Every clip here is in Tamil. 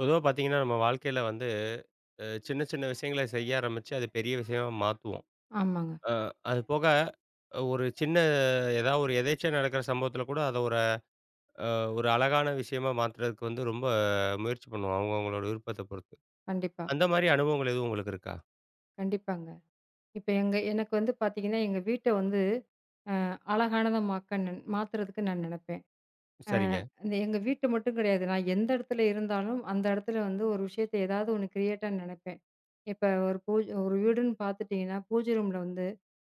பொதுவா பார்த்தீங்கன்னா, நம்ம வாழ்க்கையில வந்து சின்ன சின்ன விஷயங்கள செய்ய ஆரம்பிச்சு, அது பெரிய விஷயமா மாத்துவோம். ஆமாங்க. அ அது போக ஒரு சின்ன ஏதாவது ஒரு எதேர்ச்சையா நடக்கிற சம்பவத்தில கூட அத ஒரு அ ஒரு அழகான விஷயமா மாத்துறதுக்கு வந்து ரொம்ப முயற்சி பண்ணுவோம். அவங்கவங்களோட விருப்பத்த பொறுத்து. கண்டிப்பா, அந்த மாரி அனுபவங்கள் எதுவும் உங்களுக்கு இருக்கா? கண்டிப்பாங்க. இப்ப எங்க எனக்கு வந்து பாத்தீங்கன்னா, எங்க வீட்ட வந்து அ அழகானதா மாக்க நன் மாத்துறதுக்கு நான் நெனப்பேன். அ சரிங்க. இந்த எங்க வீட்டு மட்டும் கெடையாது. நான் எந்த இடத்துல இருந்தாலும், அந்த இடத்துல வந்து ஒரு விஷயத்த ஏதாவது ஒண்ணு கிரியேட்டா நெனப்பேன். இப்ப ஒரு ஒரு வீடுன்னு பாத்துட்டீங்கன்னா, பூஜை ரூம்ல வந்து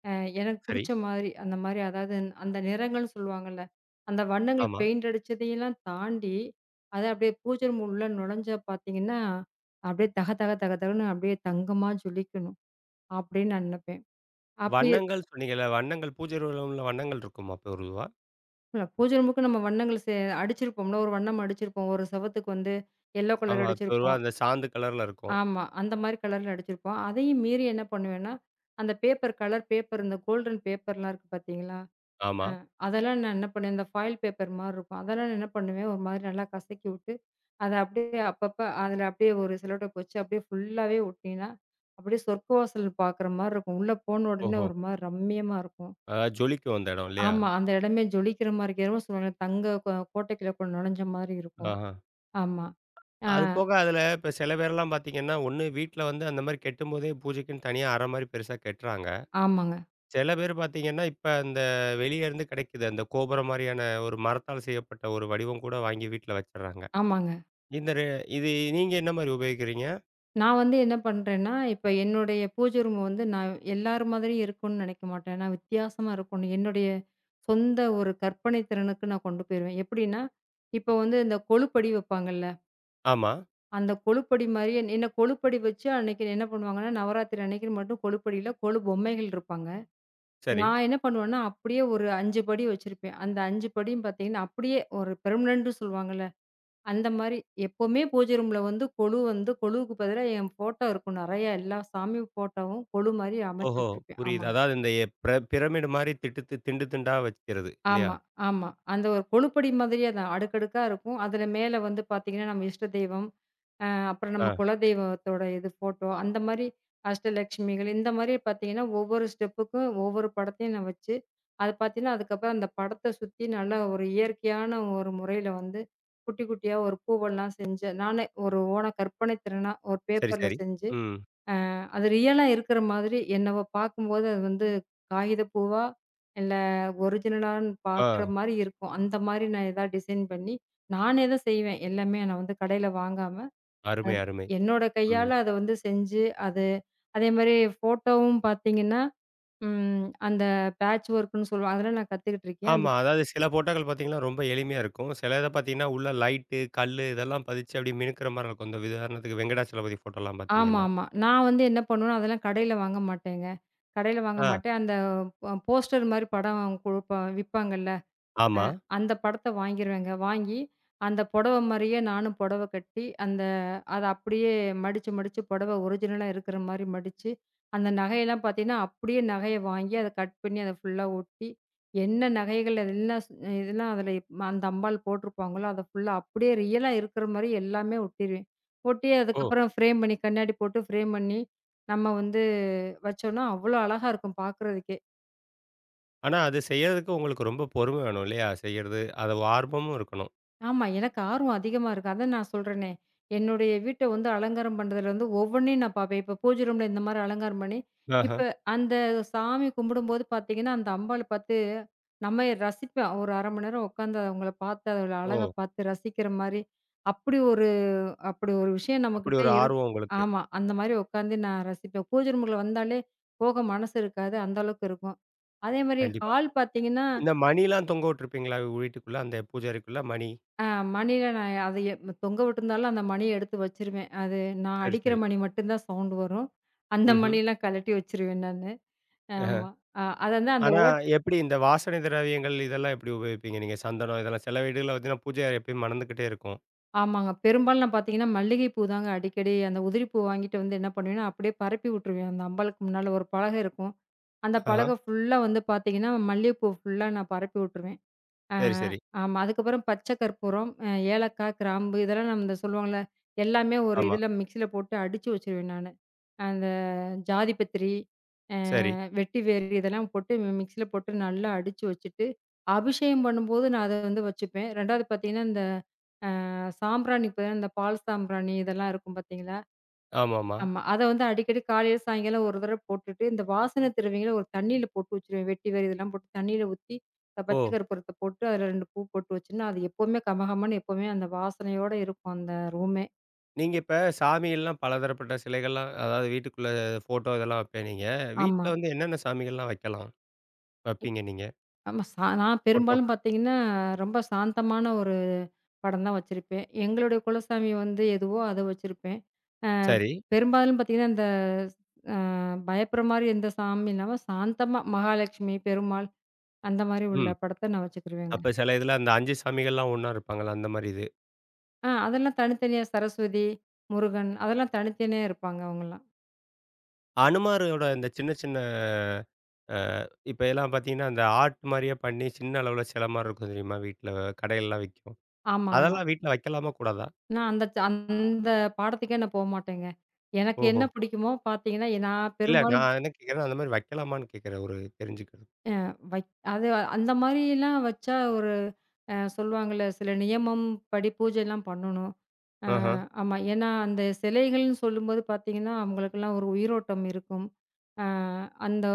அ எனக்கு சரி. புடிச்ச மாதிரி, அந்த மாரி அதாவது அந்த நிறங்கள்னு சொல்லுவாங்கல்ல, அந்த வண்ணங்கள் ஆமா. பெயிண்ட் அடிச்சதையெல்லாம் தாண்டி, அத அப்படியே பூஜை ரூம் உள்ள நுழைஞ்சா பாத்தீங்கன்னா, அப்படியே தக தக தக தகன்னு அப்படியே தங்கமா ஜொலிக்கணும். அப்படின்னு நான் நினைப்பேன். அப்படி வண்ணங்கள் சொன்னீங்கல்ல, வண்ணங்கள் பூஜை ரூம்ல வண்ணங்கள் இருக்குமா பொதுவா? இல்ல பூஜை ரூமுக்கு நம்ம வண்ணங்கள் அடிச்சிருப்போம்ல, ஒரு வண்ணம் அடிச்சிருப்போம். ஒரு செவுத்துக்கு வந்து எல்லோ கலர் ஆமா. பொதுவா அடிச்சிருப்போம். அந்த சாந்து கலர்ல இருக்கும். ஆமா. அந்த மாரி கலர்ல அடிச்சிருப்போம். அதையும் மீறி என்ன பண்ணுவேன்னா, அந்த பேப்பர் கலர் பேப்பர் இந்த கோல்டன் பேப்பர்லாம் இருக்கு பார்த்தீங்களா? ஆமா. அ அதெல்லாம் நான் என்ன பண்ணுவேன், இந்த ஃபாயில் பேப்பர் மாரி இருக்கும். அதெல்லாம் நான் என்ன பண்ணுவேன், ஒரு மாதிரி நல்லா கசக்கி விட்டு, அத அப்படியே அப்பப்ப அதில அப்படியே ஒரு செல்லோடேப் வச்சு அப்படியே ஃபுல்லாவே ஒட்டினா, அப்படியே சொர்க்க வாசல் பார்க்குற மாரி இருக்கும். உள்ள போன உடனே ஓஹோ! ஒரு மாரி ரம்மியமா இருக்கும். அதாவது ஜொலிக்கும் அந்த இடம் இல்லையா? ஆமா. அந்த இடமே ஜொலிக்கிற மாரி இருக்கு. என்னமோ சொல்லுவாங்க, தங்க கோட்டைக்குள்ள கூட நுழைஞ்ச மாரி இருக்கும். ஆஹா. ஆமா. ஆ அது போக அதில இப்ப சில பேர்லாம் பார்த்தீங்கன்னா, ஒண்ணு வீட்ல வந்து அந்த மாரி கெட்டும்போதே பூஜைக்குன்னு தனியா அறை மாரி பெருசா கட்டுறாங்க. ஆமாங்க, சில பேர் பார்த்தீங்கன்னா, இப்ப அந்த வெளிய இருந்து கிடைக்குது. அந்த கோபுரம் மாரியான ஒரு மரத்தால் செய்யப்பட்ட ஒரு வடிவம் கூட வாங்கி வீட்ல வச்சுடுறாங்க. ஆமாங்க. இந்த ரெ இது நீங்க என்ன மாரி உபயோகிக்கிறீங்க? நான் வந்து என்ன பண்றேன்னா, இப்ப என்னுடைய பூஜை ரூம் வந்து நான் எல்லார் மாதிரியும் இருக்கும்னு நினைக்க மாட்டேன். நான் வித்தியாசமா இருக்கணும். என்னுடைய சொந்த ஒரு கற்பனை திறனுக்கு நான் கொண்டு போயிருவேன். எப்படின்னா, இப்போ வந்து இந்த கொழுப்படி வைப்பாங்கல்ல, ஆமா, அந்த கொழுப்படி மாரியே என்ன கொழுப்படி வச்சு அன்னைக்கு என்ன பண்ணுவாங்கன்னா, நவராத்திரி அன்னைக்கு மட்டும் கொழுப்படியில கொழு பொம்மைகள் இருப்பாங்க. சரி. நான் என்ன பண்ணுவேன்னா, அப்படியே ஒரு 5 படி வச்சிருப்பேன். அந்த 5 படியும் பார்த்தீங்கன்னா, அப்படியே ஒரு பெர்மனன்ட்ன்னு சொல்லுவாங்கல்ல, அந்த மாரி எப்பவுமே பூஜை ரூம்ல வந்து கொலு வந்து கொலுவுக்கு பதிலா என் ஃபோட்டோ இருக்கும் நெறையா. எல்லா சாமி ஃபோட்டோவும் கொலு மாரி அமைச்சு ஓஹோ! வச்சிருப்பேன். புரியுது. ஆமாங்க. அதாவது இந்த எ பிர பிரமிடு மாரி திட்டு திண்டு திண்டா வக்கிறது இல்லையா? ஆமா, ஆமா. அந்த ஒரு கொலுப்படி மாதிரியே தான் அடுக்கடுக்கா இருக்கும். அதில மேல வந்து பார்த்தீங்கன்னா, நம்ம இஷ்ட தெய்வம், அப்புறம் நம்ம ஆ. குலதெய்வத்தோட இது ஃபோட்டோ, அந்த மாரி அஷ்டலட்சுமிகள் இந்த மாரி பார்த்தீங்கன்னா, ஒவ்வொரு ஸ்டெப்புக்கும் ஒவ்வொரு படத்தையும் நான் வச்சு, அது பார்த்தீங்கன்னா, அதுக்கப்புறம் அந்த படத்த சுத்தி நல்லா ஒரு இயற்கையான ஒரு முறையில வந்து குட்டி குட்டியா ஒரு பூவெல்லாம் செஞ்சு, நானே ஒரு ஓன கற்பனை திறனா ஒரு சரி, பேப்பர்ல சரி. செஞ்சு, ம். அது ரியலா இருக்கிற மாதிரி என்னவ பார்க்கும்போது அது வந்து காகித பூவா, இல்ல ஒரிஜினலான்னு ஆ. பார்க்குற மாரி இருக்கும். அந்த மாரி நான் ஏதாவது டிசைன் பண்ணி, நானே தான் செய்வேன். எல்லாமே நான் வந்து கடையில வாங்காம அருமை, அன் அருமை. என்னோட ம். கையால அத வந்து செஞ்சு, அது அதேமாரி ஃபோட்டோவும் பார்த்தீங்கன்னா, அந்த பேட்ச் ஒர்க்ன்னு சொல்லுவாங்க. அதெல்லாம் நான் கத்துக்கிட்டு இருக்கேன். அது ஆமா. அதாவது சில போட்டாக்கள் பார்த்தீங்கன்னா, ரொம்ப எளிமையா இருக்கும். சில இத பார்த்தீங்கன்னா, உள்ள லைட்டு, கல்லு இதெல்லாம் பதிச்சு அப்படியே மினுக்குற மாரி இருக்கும். இந்த உதாரணத்துக்கு வெங்கடாச்சலபதி ஃபோட்டோலாம் பார்த்தீங்கன்னா. ஆமா. நான் வந்து என்ன பண்ணுவேன்னா, அதெல்லாம் கடையில வாங்க மாட்டேங்க. கடையில வாங்க ஆ, மாட்டேன். அந்த போஸ்டர் மாரி படம் குடுப்பா விப்பாங்கல்ல. அ ஆமா. அந்த படத்த வாங்கிருவேங்க. வாங்கி அந்த புடவ மாரியே நானும் புடவ கட்டி, அந்த அத அப்படியே மடிச்சு, மடிச்சு புடவ ஒரிஜினலா இருக்கிற மாரி மடிச்சு, அந்த நகையெல்லாம் பார்த்தீங்கன்னா, அப்படியே நகைய வாங்கி அத கட் பண்ணி அத ஃபுல்லா ஒட்டி, என்ன நகைகள் அதெல்லாம் இதெல்லாம் அதில அந்த அம்பாள் போட்டிருப்பாங்களோ, அத ஃபுல்லா அப்படியே ரியலா இருக்கிற மாரி எல்லாமே ஒட்டிருவேன். ஒட்டி ஓ! அதுக்கப்புறம் ஃப்ரேம் பண்ணி கண்ணாடி போட்டு ஃப்ரேம் பண்ணி, நம்ம வந்து வச்சோம்னா, அவ்வளோ அழகா இருக்கும் பார்க்குறதுக்கே. ஆனா அது செய்யறதுக்கு உங்களுக்கு ரொம்ப பொறுமை வேணும் இல்லையா? செய்யறது. அது ஆர்வமும் இருக்கணும். ஆமா. எனக்கு ஆர்வம் அதிகமா இருக்கு. அதான் நான் சொல்றேனே. என்னுடைய வீட்ட வந்து அலங்காரம் பண்றதுல வந்து ஒவ்வொன்னையும் நான் பார்ப்பேன். இப்ப பூஜை ரூம்ல இந்த மாரி அலங்காரம் பண்ணி, ஆஹ. இப்ப அந்த சாமி கும்பிடும்போது பார்த்தீங்கன்னா, அந்த அம்பாள பார்த்து நம்ம ரசிப்பேன். ஒரு 1/2 மணி நேரம் உட்காந்து அவங்கள பார்த்து, அதோட அழக ஓ! பார்த்து ரசிக்கிற மாரி, அப்படி ஒரு அப்படி ஒரு விஷயம் அப்படி நம்மகிட்ட ஒரு ஆர்வம் உங்களுக்கு. ஆமா. அந்த மாரி உட்காந்து நான் ரசிப்பேன். பூஜை ரூமுக்குள்ள வந்தாலே போக மனசு இருக்காது. அந்த அளவுக்கு இருக்கும். அதே மாரி கண்டிப்பா. ஹால் பார்த்தீங்கன்னா இந்த மணிலாம் தொங்க விட்டுருப்பீங்களா வீட்டுக்குள்ள? அந்த பூஜை அறைக்குள்ள மணி. ஆ மணியில நான் அது தொங்க விட்டுருந்தாலும் அந்த மணிய எடுத்து வச்சுருவேன். அது நான் சரி, அடிக்கிற சரி. மணி மட்டும் தான் சவுண்ட் வரும். அந்த ம்ஹ்ம். மணிலாம் கழட்டி வச்சுருவேன் நானு. ஆஹ. ஆமா. அது வந்து அந்த ஆனா எப்படி இந்த வாசனை திரவியங்கள் இதெல்லாம் எப்படி உபயோகிப்பீங்க நீங்க? சந்தனம் இதெல்லாம் சில வீடுகள்ல பார்த்தீங்கன்னா, பூஜை அறை எப்பயும் மணந்துக்கிட்டே இருக்கும். ஆமாங்க. பெரும்பாலும் நான் பார்த்தீங்கன்னா, மல்லிகை பூ தாங்க அடிக்கடி அந்த உதிரிப்பூ வாங்கிட்டு வந்து என்ன பண்ணுவேன்னா, அப்படியே பரப்பி விட்டுருவேன். அந்த அம்பாளுக்கு முன்னால ஒரு பலகை இருக்கும். அந்த ஆஹ. பலகை ஃபுல்லா வந்து பார்த்தீங்கன்னா, மல்லிகைப்பூ ஃபுல்லா நான் பரப்பி விட்டுருவேன். ஆ சரி, சரி. ஆமா. அதுக்கப்புறம் பச்சை கற்பூரம், ஏலக்காய், கிராம்பு இதெல்லாம் நம்ம இந்த சொல்லுவாங்கள்ல, எல்லாமே ஒரு ஆமா. இதில மிக்ஸியில போட்டு அடிச்சு வச்சுருவேன் நானு. அந்த ஜாதி பத்திரி, அ சரி. வெட்டிவேர் இதெல்லாம் போட்டு மிக்ஸியில போட்டு நல்லா அடிச்சு வச்சுட்டு, அபிஷேகம் பண்ணும்போது நான் அத வந்து வச்சுப்பேன். 2வது பார்த்தீங்கன்னா, இந்த சாம்பிராணி இப்ப இந்த பால் சாம்பிராணி இதெல்லாம் இருக்கும் பார்த்தீங்களா? ஆமாமா. ஆமா. அத வந்து அடிக்கடி காலையில, சாயங்காலம் ஒரு தடவ போட்டுட்டு, இந்த வாசன திரவியங்கள ஒரு தண்ணீல போட்டு வச்சுருவேன். வெட்டிவேர் இதெல்லாம் போட்டு தண்ணீல ஊத்தி, ஓ! பச்சை கற்பூரத்த போட்டு அதில 2 பூ போட்டு வச்சோம்ன்னா, அது எப்பவுமே கமகமன்னு எப்பவுமே அந்த வாசனையோட இருக்கும் அந்த ரூமே. நீங்க இப்ப சாமியெல்லாம் பலதரப்பட்ட சிலைகள்லாம் அதாவது வீட்டுக்குள்ள ஃபோட்டோ இதெல்லாம் வைப்பேன்னீங்க. வீட்ல ஆமா. வந்து என்னென்ன சாமிகள்லாம் வைக்கலாம்? வைப்பீங்க நீங்க? ஆமா. நான் பெரும்பாலும் ஃபோட்டோக்கள். பார்த்தீங்கன்னா, ரொம்ப சாந்தமான ஒரு படம் தான் வச்சிருப்பேன். எங்களுடைய குலசாமி வந்து எதுவோ அத வச்சிருப்பேன். அ சரி. பெரும்பாலும் பார்த்தீங்கன்னா, இந்த அ பயப்படுற மாரி எந்த சாமி இல்லாம சாந்தமா மகாலட்சுமி, பெருமாள் அந்த மாரி உள்ள ம். படத்த நான் வச்சுக்கிருவேங்க. அப்ப சில இதுல அந்த 5 சாமிகள்லாம் ஒண்ணா இருப்பாங்கல்ல, அந்த மாரி இது. அதெல்லாம் தனித்தனியா சரஸ்வதி, முருகன் அதெல்லாம் தனித்தனியா இருப்பாங்க அவங்கலாம். அனுமாரோட இந்த சின்ன சின்ன இப்ப எல்லாம் பார்த்தீங்கன்னா, அந்த ஆர்ட் மாரியே பண்ணி சின்ன அளவுல சில மாரி இருக்கும் தெரியுமா? வீட்ல கடையிலலாம் விக்கும். ஆமா. அதெல்லாம் வீட்ல வைக்கலாமா? கூடாதா? நான் அந்த அந்த பாடத்துக்கே நான் போமாட்டேங்க. எனக்கு ஓஹோ! என்ன பிடிக்குமோ பார்த்தீங்கன்னா, நான் இல்ல பெரும்பாலும் நான் என்ன கேட்கிறேன்னா, அந்த மாரி வைக்கலாமான்னு கேட்கிறேன் ஒரு தெரிஞ்சுக்கிறதுக்கு. அது அந்த மாரிலாம் வச்சா ஒரு சொல்லுவாங்கல்ல, சில நியமம் படி பூஜைலாம் பண்ணணும். அ ஆஹ. ஆமா. ஏன்னா, அந்த சிலைகள்னு சொல்லும்போது பார்த்தீங்கன்னா, அவங்களுக்கெல்லாம் ஒரு உயிரோட்டம் இருக்கும். அ அந்த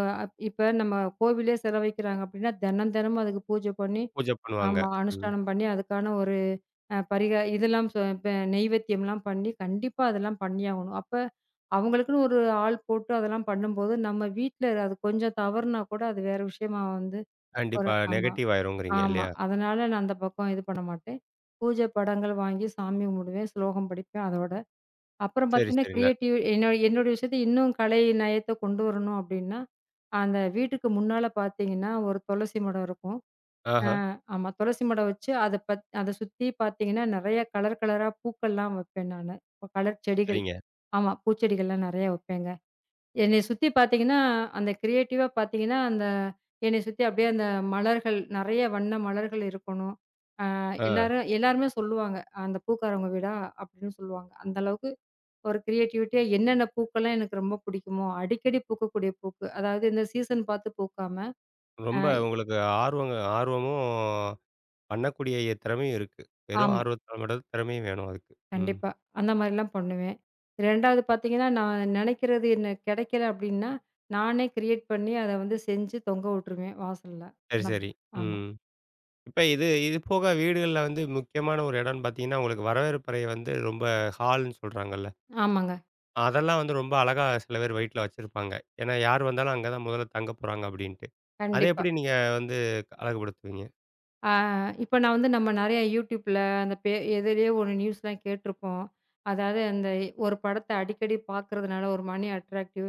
இப்ப நம்ம கோவிலே சிலை வைக்கிறாங்க அப்படின்னா, தினம் தினமும் அதுக்கு பூஜை பண்ணி பூஜை பண்ணுவாங்க. ஆமா. ம். அனுஷ்டானம் பண்ணி அதுக்கான ஒரு இதெல்லாம் இப்ப நெய்வேத்தியம்லாம் பண்ணி கண்டிப்பா அதெல்லாம் பண்ணியாகணும். அப்ப அவங்களுக்குன்னு ஒரு ஆள் போட்டு அதெல்லாம் பண்ணும்போது, நம்ம வீட்ல அது கொஞ்சம் தவறுனா கூட அது வேற விஷயமா வந்து ஒரு கண்டிப்பா. நெகட்டிவ் ஆயிரும்ங்கிறீங்க ஆமா. இல்லையா? அதனால நான் அந்த பக்கம் இது பண்ண மாட்டேன். பூஜை படங்கள் வாங்கி சாமி கும்பிடுவேன். ஸ்லோகம் படிப்பேன் அதோட. அப்புறம் சரி, பார்த்தீங்கன்னா, சரி. கிரியேட்டிவ் என்னோட என்னுடைய விஷயத்த இன்னும் கலை நயத்த கொண்டு வரணும் அப்படின்னா, அந்த வீட்டுக்கு முன்னால பார்த்தீங்கன்னா, ஒரு துளசி மடம் இருக்கும். ஆ ஆஹா. ஆமா. துளசி மடம் வச்சு அத அத சுத்தி பார்த்தீங்கன்னா, நெறைய கலர் கலரா பூக்கள்லாம் வைப்பேன் நானு. கலர் செடிகள். சரிங்க. ஆமா. பூச்செடிகள்லாம் நெறைய வைப்பேங்க. என்னைய சுத்தி பார்த்தீங்கன்னா, அந்த கிரியேட்டிவா பார்த்தீங்கன்னா, அந்த என்னைய சுத்தி அப்படியே அந்த மலர்கள் நெறைய வண்ண மலர்கள் இருக்கணும். ஆ. எல்லாருமே சொல்லுவாங்க, "அந்த பூக்காரவங்க வீடா?" அப்படின்னு சொல்லுவாங்க. அந்த அளவுக்கு ஒரு கிரியேட்டிவிட்டியா என்னென்ன பூக்கள்லாம் எனக்கு ரொம்ப பிடிக்குமோ, அடிக்கடி பூக்கக்கூடிய பூக்கு. அதாவது இந்த சீசன் பார்த்து பூக்காம அ ரொம்ப உங்களுக்கு ஆர்வமும், பண்ணக்கூடிய திறமையும் இருக்கு. வெறும் ஆமா, ஆர்வத்தால மட்டும் திறமையும் வேணும் அதுக்கு. ம். கண்டிப்பா. அந்த மாரிலாம் பண்ணுவேன். 2வது பார்த்தீங்கன்னா, நான் நெனைக்கிறது என்ன கெடைக்கல அப்படின்னா, நானே கிரியேட் பண்ணி அத வந்து செஞ்சு தொங்க விட்டுருவேன் வாசல்ல. சரி, அந்த மா சரி. ஆமா. ம். இப்ப இது இது போக வீடுகள்ல வந்து முக்கியமான ஒரு இடம்னு பார்த்தீங்கன்னா, உங்களுக்கு வரவேற்பறை வந்து ரொம்ப ஹால்ன்னு சொல்றாங்கல்ல. ஆமாங்க. அதெல்லாம் வந்து ரொம்ப அழகா சில பேர் வீட்ல வச்சிருப்பாங்க. ஏன்னா யார் வந்தாலும் அங்க தான் முதல்ல தங்க போறாங்க அப்படின்ட்டு. அத கண்டிப்பா. எப்படி நீங்க வந்து அழகுபடுத்துவீங்க? ஆ இப்ப நான் வந்து நம்ம நெறைய YouTubeல அந்த எதுலயோ ஒரு நியூஸ்லாம் கேட்டுருப்போம். அதாவது அந்த ஒரு படத்த அடிக்கடி பார்க்கறதுனால ஒரு மணி அட்ராக்டிவ்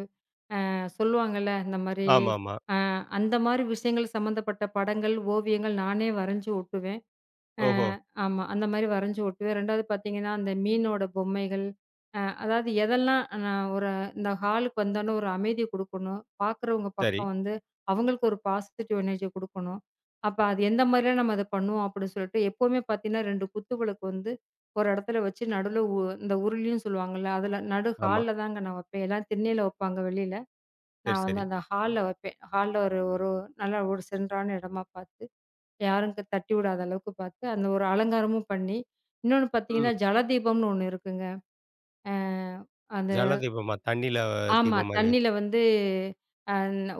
சொல்லுவாங்கல்ல, இந்த மாரி ஆமாமா. அ அந்த மாரி விஷயங்கள் சம்மந்தப்பட்ட படங்கள், ஓவியங்கள் நானே வரைஞ்சு ஒட்டுவேன். ஓஹோ! ஆமா. அந்த மாரி வரைஞ்சு ஒட்டுவேன். 2வது பார்த்தீங்கன்னா, அந்த மீனோட பொம்மைகள், அதாவது எதெல்லாம் நான் ஒரு இந்த ஹாலுக்கு வந்தோனே ஒரு அமைதி குடுக்கணும். பார்க்குறவங்க சரி. பக்கம் வந்து அவங்களுக்கு ஒரு பாசிட்டிவ் எனர்ஜி குடுக்கணும். அப்ப அது எந்த மாரிலாம் நம்ம அத பண்ணுவோம் அப்படின்னு சொல்லிட்டு, எப்பவுமே பார்த்தீங்கன்னா 2 குத்து விளக்கு வந்து ஒரு இடத்துல வச்சு நடுவுல இந்த உருளின்னு சொல்லுவாங்கல்ல, அதுல நடு ஆமா. ஹால்ல தாங்க நான் வைப்பேன். எல்லாம் திண்ணையில வைப்பாங்க வெளியில. சரி, நான் வந்து சரி. அந்த ஹால்ல வைப்பேன். ஹால்ல ஒரு ஒரு நல்ல ஒரு சென்றான இடமா பார்த்து. யாரும் தட்டி விடாத அளவுக்கு பார்த்து, அந்த ஒரு அலங்காரமும் பண்ணி, இன்னொன்னு ம். பார்த்தீங்கன்னா, ஜலதீபம்னு ஒண்ணு இருக்குங்க. அ அந்த ஜல தீபமா? தண்ணீல ஆமா. தீபம் மாரி வச்சு தண்ணீல வந்து அ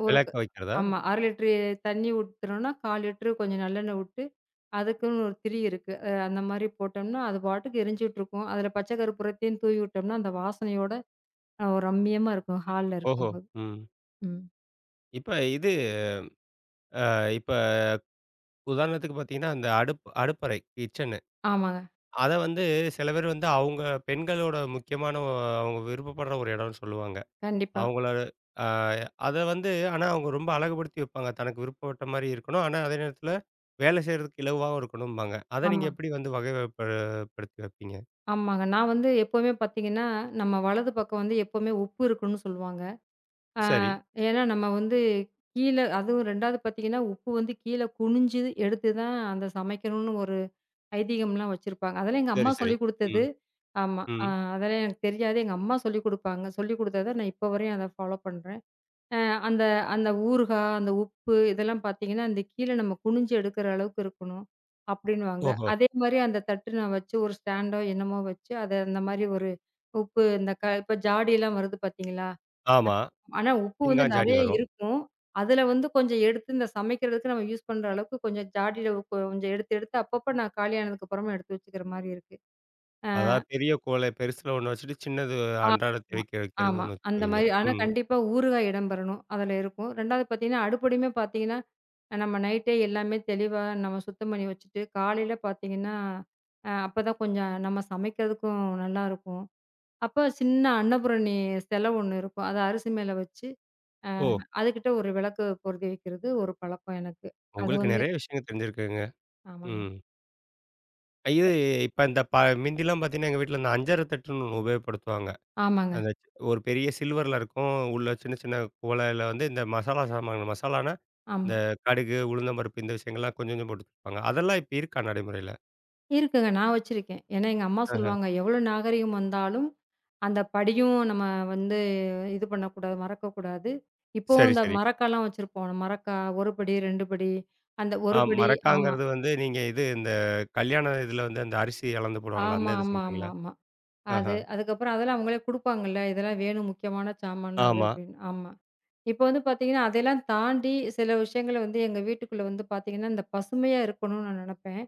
ஒரு விளக்க வைக்கிறதா? ஆமா. 1/2 லிட்டரு தண்ணி ஊத்துறோம்னா, 1/4 லிட்டரு கொஞ்சம் நல்லெண்ணெய் விட்டு, அதுக்குன்னு ஒரு திரி இருக்கு. அந்த மாரி போட்டோம்னா, அது பாட்டுக்கு எரிஞ்சுட்டு இருக்கும். அதில பச்சை கற்பூரத்தையும் தூவி விட்டோம்னா, அந்த வாசனையோட ஒரு ரம்மியமா இருக்கும், ஹால்ல ஓஹோ! இருக்கும்போது. ம். ம். இப்ப இது இப்ப உதாரணத்துக்கு பார்த்தீங்கன்னா, அந்த அடுப்பு அடுப்பறை கிச்சனு. ஆமாங்க. அத வந்து சில பேர் வந்து அவங்க பெண்களோட முக்கியமான அவங்க விருப்பப்படுற ஒரு இடம்னு சொல்லுவாங்க. கண்டிப்பா. அவங்கள அ அத வந்து ஆனா அவங்க ரொம்ப அழகுபடுத்தி வைப்பாங்க. தனக்கு விருப்பப்பட்ட மாரி இருக்கணும். ஆனா அதே நேரத்தில வேலை செய்றதுக்கு இலகுவாவும் இருக்கணும்பாங்க. அத நீங்க ஆமா. எப்படி வந்து படுத்தி வைப்பீங்க? ஆமாங்க. நான் வந்து எப்பவுமே பார்த்தீங்கன்னா, நம்ம வலது பக்கம் வந்து எப்பவுமே உப்பு இருக்குன்னு சொல்லுவாங்க. ஆ, சரி, ஏன்னா நம்ம வந்து கீழ அதுவும் 2வது பார்த்தீங்கன்னா, உப்பு வந்து கீழ குனிஞ்சு எடுத்து தான் அந்த சமைக்கணும்னு ஒரு ஐதீகம்லாம் வச்சிருப்பாங்க. அதெல்லாம் எங்க சரி, அம்மா சரி. சொல்லிக் குடுத்தது. ம், ஆமா. ம். அதெல்லாம் எனக்கு தெரியாது. எங்க அம்மா சொல்லிக் குடுப்பாங்க. சொல்லிக் குடுத்தத நான் இப்போ வரையும் அத ஃபாலோ பண்றேன். அ அந்த அந்த ஊறுகாய், அந்த உப்பு இதெல்லாம் பார்த்தீங்கன்னா, அந்த கீழ நம்ம குனிஞ்சு எடுக்கிற அளவுக்கு இருக்கணும் அப்டின்னுவாங்க. ஓஹோ! அதே மாரி அந்த தட்டு நான் வச்சு ஒரு ஸ்டாண்டோ என்னமோ வச்சு அத அந்த மாரி ஒரு உப்பு இந்த இப்ப ஜாடிலாம் வருது பார்த்தீங்களா? ஆமா. ஆனா, உப்பு வந்து பீங்கான் ஜாடி நெறைய வரும். இருக்கும். அதுல வந்து கொஞ்சம் எடுத்து இந்த சமைக்கிறதுக்கு நம்ம யூஸ் பண்ற அளவுக்கு கொஞ்சம் ஜாடியில கொஞ்சம் எடுத்து எடுத்து அப்பப்ப நான் காலியானதுக்கு அப்புறமா எடுத்து வச்சுக்கிற மாரி இருக்கு. அ அதாவது பெரிய குவளை பெருசுல ஒண்ணு வச்சுட்டு, சின்னது ஆமா, அன்றாட தேவைக்கு வைக்கிறது ஆமா. ஒண்ணு அந்த வச்சுருவீங்க. மாரி ஆனா ம். கண்டிப்பா ஊறுகாய் இடம்பெறணும். அதுல இருக்கும். 2வது பார்த்தீங்கன்னா, நம்ம நைட்டே எல்லாமே தெளிவா நம்ம சுத்தம் பண்ணி வச்சுட்டு, காலையில பார்த்தீங்கன்னா, அப்பதான் கொஞ்சம் நம்ம சமைக்கிறதுக்கும் நல்லாருக்கும். அப்ப சின்ன அன்னபூரணி செல ஒண்ணு இருக்கும். அத அரிசி மேல வச்சு அ ஓ! அதுகிட்ட ஒரு விளக்கு பொருத்தி வைக்கிறது ஒரு பழக்கம் எனக்கு. அது உங்களுக்கு வந்து நெறைய விஷயங்கள் தெரிஞ்சிருக்குங்க. ஆமாங்க. ம். இது அப் இப்ப இந்த ப மிந்திலாம் பார்த்தீங்கன்னா, எங்க வீட்ல இந்த அஞ்சர தட்டுன்னு ஒண்ணு உபயோகப்படுத்துவாங்க. ஆமாங்க. அந்த ஒரு பெரிய சில்வர்ல இருக்கும். உள்ள சின்ன சின்ன குவளையில வந்து இந்த மசாலா சாமான் மசாலான்னா, ஆமா. இந்த கடுகு, உளுந்தம் பருப்பு இந்த விஷயங்கள்லாம் கொஞ்சம் கொஞ்சம் போட்டு வப்பாங்க. அதெல்லாம் இப்ப இருக்கா நடைமுறையில? இருக்குங்க. நான் வச்சிருக்கேன். ஏன்னா எங்க அம்மா ஆஹ. சொல்லுவாங்க, "எவ்வளோ நாகரீகம் வந்தாலும் அந்த படியும் நம்ம வந்து இது பண்ணக்கூடாது, மறக்கக்கூடாது." இப்பவும் சரி, இந்த சரி. மரக்காலாம் வச்சிருப்போம். நம்ம மரக்கா 1 படி, 2 படி, அந்த ஆ 1 படி ஆமா. மரக்காங்கிறது வந்து நீங்க இந்த கல்யாண இதுல வந்து அந்த அரிசி அளந்து போடுவாங்கல்ல, அந்த இத சொல்றீங்களா? ஆமா. ஆஹ. அது அதுக்கப்புறம் அதெல்லாம் அவங்களே குடுப்பாங்கல்ல. இதெல்லாம் வேணும் முக்கியமான சாமான்லாம் அது ஆமா. அப்படின்னு. ஆமா. இப்ப வந்து பாத்தீங்கன்னா, அதையெல்லாம் தாண்டி சில விஷயங்கள வந்து எங்க வீட்டுக்குள்ள வந்து பாத்தீங்கன்னா, இந்த பசுமையா இருக்கணும்னு நான் நெனப்பேன்.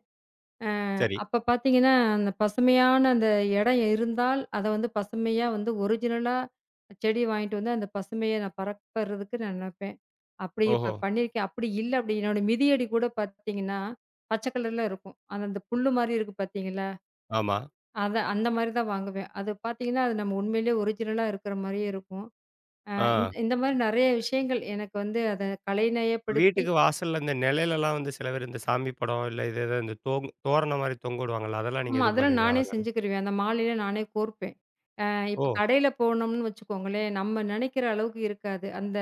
அ சரி. அப்ப பாத்தீங்கன்னா, அந்த பசுமையான அந்த இடம் இருந்தால், அத வந்து பசுமையா வந்து ஒரிஜினலா செடி வாங்கிட்டு வந்து அந்த பசுமைய நான் பரப்புறதுக்கு நான் நெனப்பேன். அப்படி ஓஹோ! இப்ப பண்ணியிருக்கேன். அப்படி இல்ல அப்படி என்னோட மிதியடி கூட பாத்தீங்கன்னா, பச்சை கலர்ல இருக்கும். அது அந்த புல்லு மாரி இருக்கு பாத்தீங்களா? ஆமா. அத அந்த மாரி தான் வாங்குவேன். அது பாத்தீங்கன்னா, அது நம்ம உண்மையிலேயே ஒரிஜினலா இருக்கிற மாரியே இருக்கும். ஆ. இந்த இந்த மாரி நெறைய விஷயங்கள் எனக்கு வந்து அத கலைநயப்படுத்தி வீட்டுக்கு வாசல்ல இந்த நிழலெல்லாம் வந்து சில பேர் இந்த சாமி படம், இல்ல இது ஏதோ இந்த தோரணம் மாரி தொங்க விடுவாங்கல்ல. அதெல்லாம் நீங்க ஆமா, எதுவும் அதெல்லாம் பண்ணுவீங்களா நானே அலங்காரம்? செஞ்சுக்கிருவேன். அந்த மாலையில நானே கோர்ப்பேன். அ இப்ப ஓ! கடையில போனோம்னு வச்சுக்கோங்களேன், நம்ம நெனைக்கிற அளவுக்கு இருக்காது. அந்த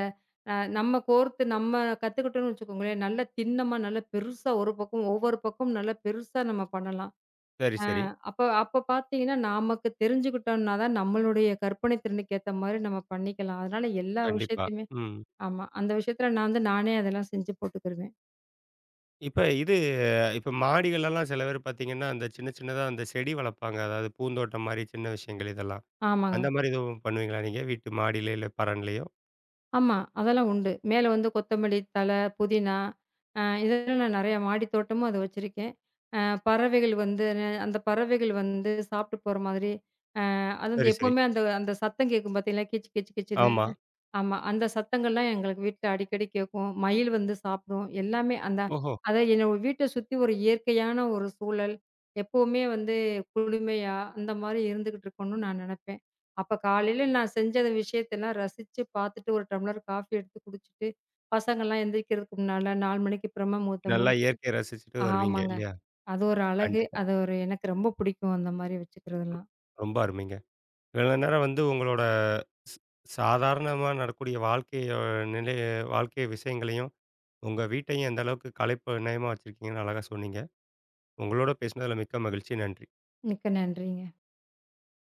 நம்ம கோர்த்து நம்ம கத்துக்கிட்டோம்னு வச்சுக்கோங்களேன், நல்லா திண்ணமா நல்லா பெருசா ஒரு பக்கம் ஒவ்வொரு பக்கம் நல்லா பெருசா நம்ம பண்ணலாம். சரி, சரி. அப்ப அப்ப பார்த்தீங்கன்னா, நமக்கு தெரிஞ்சுக்கிட்டோம்னா தான் நம்மளுடைய கற்பனை திறனுக்கு ஏத்த மாரி நம்ம பண்ணிக்கலாம். அதனால எல்லா கண்டிப்பா. விஷயத்தையுமே ம். ஆமா. அந்த விஷயத்துல நான் வந்து நானே அதெல்லாம் செஞ்சு போட்டுக்கிருவேன். இப்ப இது இப்ப மாடிகள்லலாம் சில பேர் பார்த்தீங்கன்னா, அந்த சின்ன சின்னதா அந்த செடி வளர்ப்பாங்க. அதாவது பூந்தோட்டம் மாரி சின்ன விஷயங்கள் இதெல்லாம். ஆமாங்க. அந்த மாரி எதுவும் பண்ணுவீங்களா நீங்க? வீட்டு மாடியில இல்ல பரன்லயோ? ஆமா. அதெல்லாம் உண்டு. மேல வந்து கொத்தமல்லி தழை, புதினா இதெல்லாம் நான் நெறைய மாடி தோட்டமும் அது வச்சிருக்கேன். அ பறவைகள் வந்து அந்த பறவைகள் வந்து சாப்பிட்டு போற மாதிரி, அது வந்து சரி, சரி. எப்பவுமே அந்த அந்த சத்தம் கேட்கும் பார்த்தீங்களா? கீச் கீச் கீச் ஆமா. ஆமா. அந்த சத்தங்கள்லாம் எங்களுக்கு வீட்ல அடிக்கடி கேட்கும். மயில் வந்து சாப்பிடும். எல்லாமே அந்த ஓஹோ! அத என்னோட வீட்ட சுத்தி ஒரு இயற்கையான ஒரு சூழல். எப்பவுமே வந்து குளுமையா, அந்த மாரி இருந்துகிட்டு இருக்கணும்னு நான் நெனப்பேன். அப்ப காலையில நான் செஞ்ச அந்த விஷயத்தெல்லாம் ரசிச்சு பார்த்துட்டு, ஒரு டம்ளர் காஃபி எடுத்து குடிச்சிட்டு, பசங்கள்லாம் எந்திரிக்கிறதுக்கு முன்னால 4 மணிக்கு பிரம்ம முகூர்த்தம் நல்லா முடிச்சுட்டு இயற்கைய ரசிச்சுட்டு வருவீங்க ஆமாங்க. இல்லையா? அது ஒரு அழகு. கண்டிப்பா. அது ஒரு எனக்கு ரொம்ப பிடிக்கும் அந்த மாரி வச்சுக்கிறதெல்லாம். ரொம்ப அருமைங்க. இவ்வளோ நேரம் வந்து உங்களோட ஸ் சாதாரணமா நடக்கக்கூடிய நிலை வாழ்க்கை விஷயங்களையும், உங்க வீட்டையும் எந்த அளவுக்கு கலைப்பு நயமா வச்சிருக்கீங்கன்னு அழகா சொன்னீங்க. உங்களோட பேசினதுல மிக்க மகிழ்ச்சி. நன்றி. மிக்க நன்றிங்க.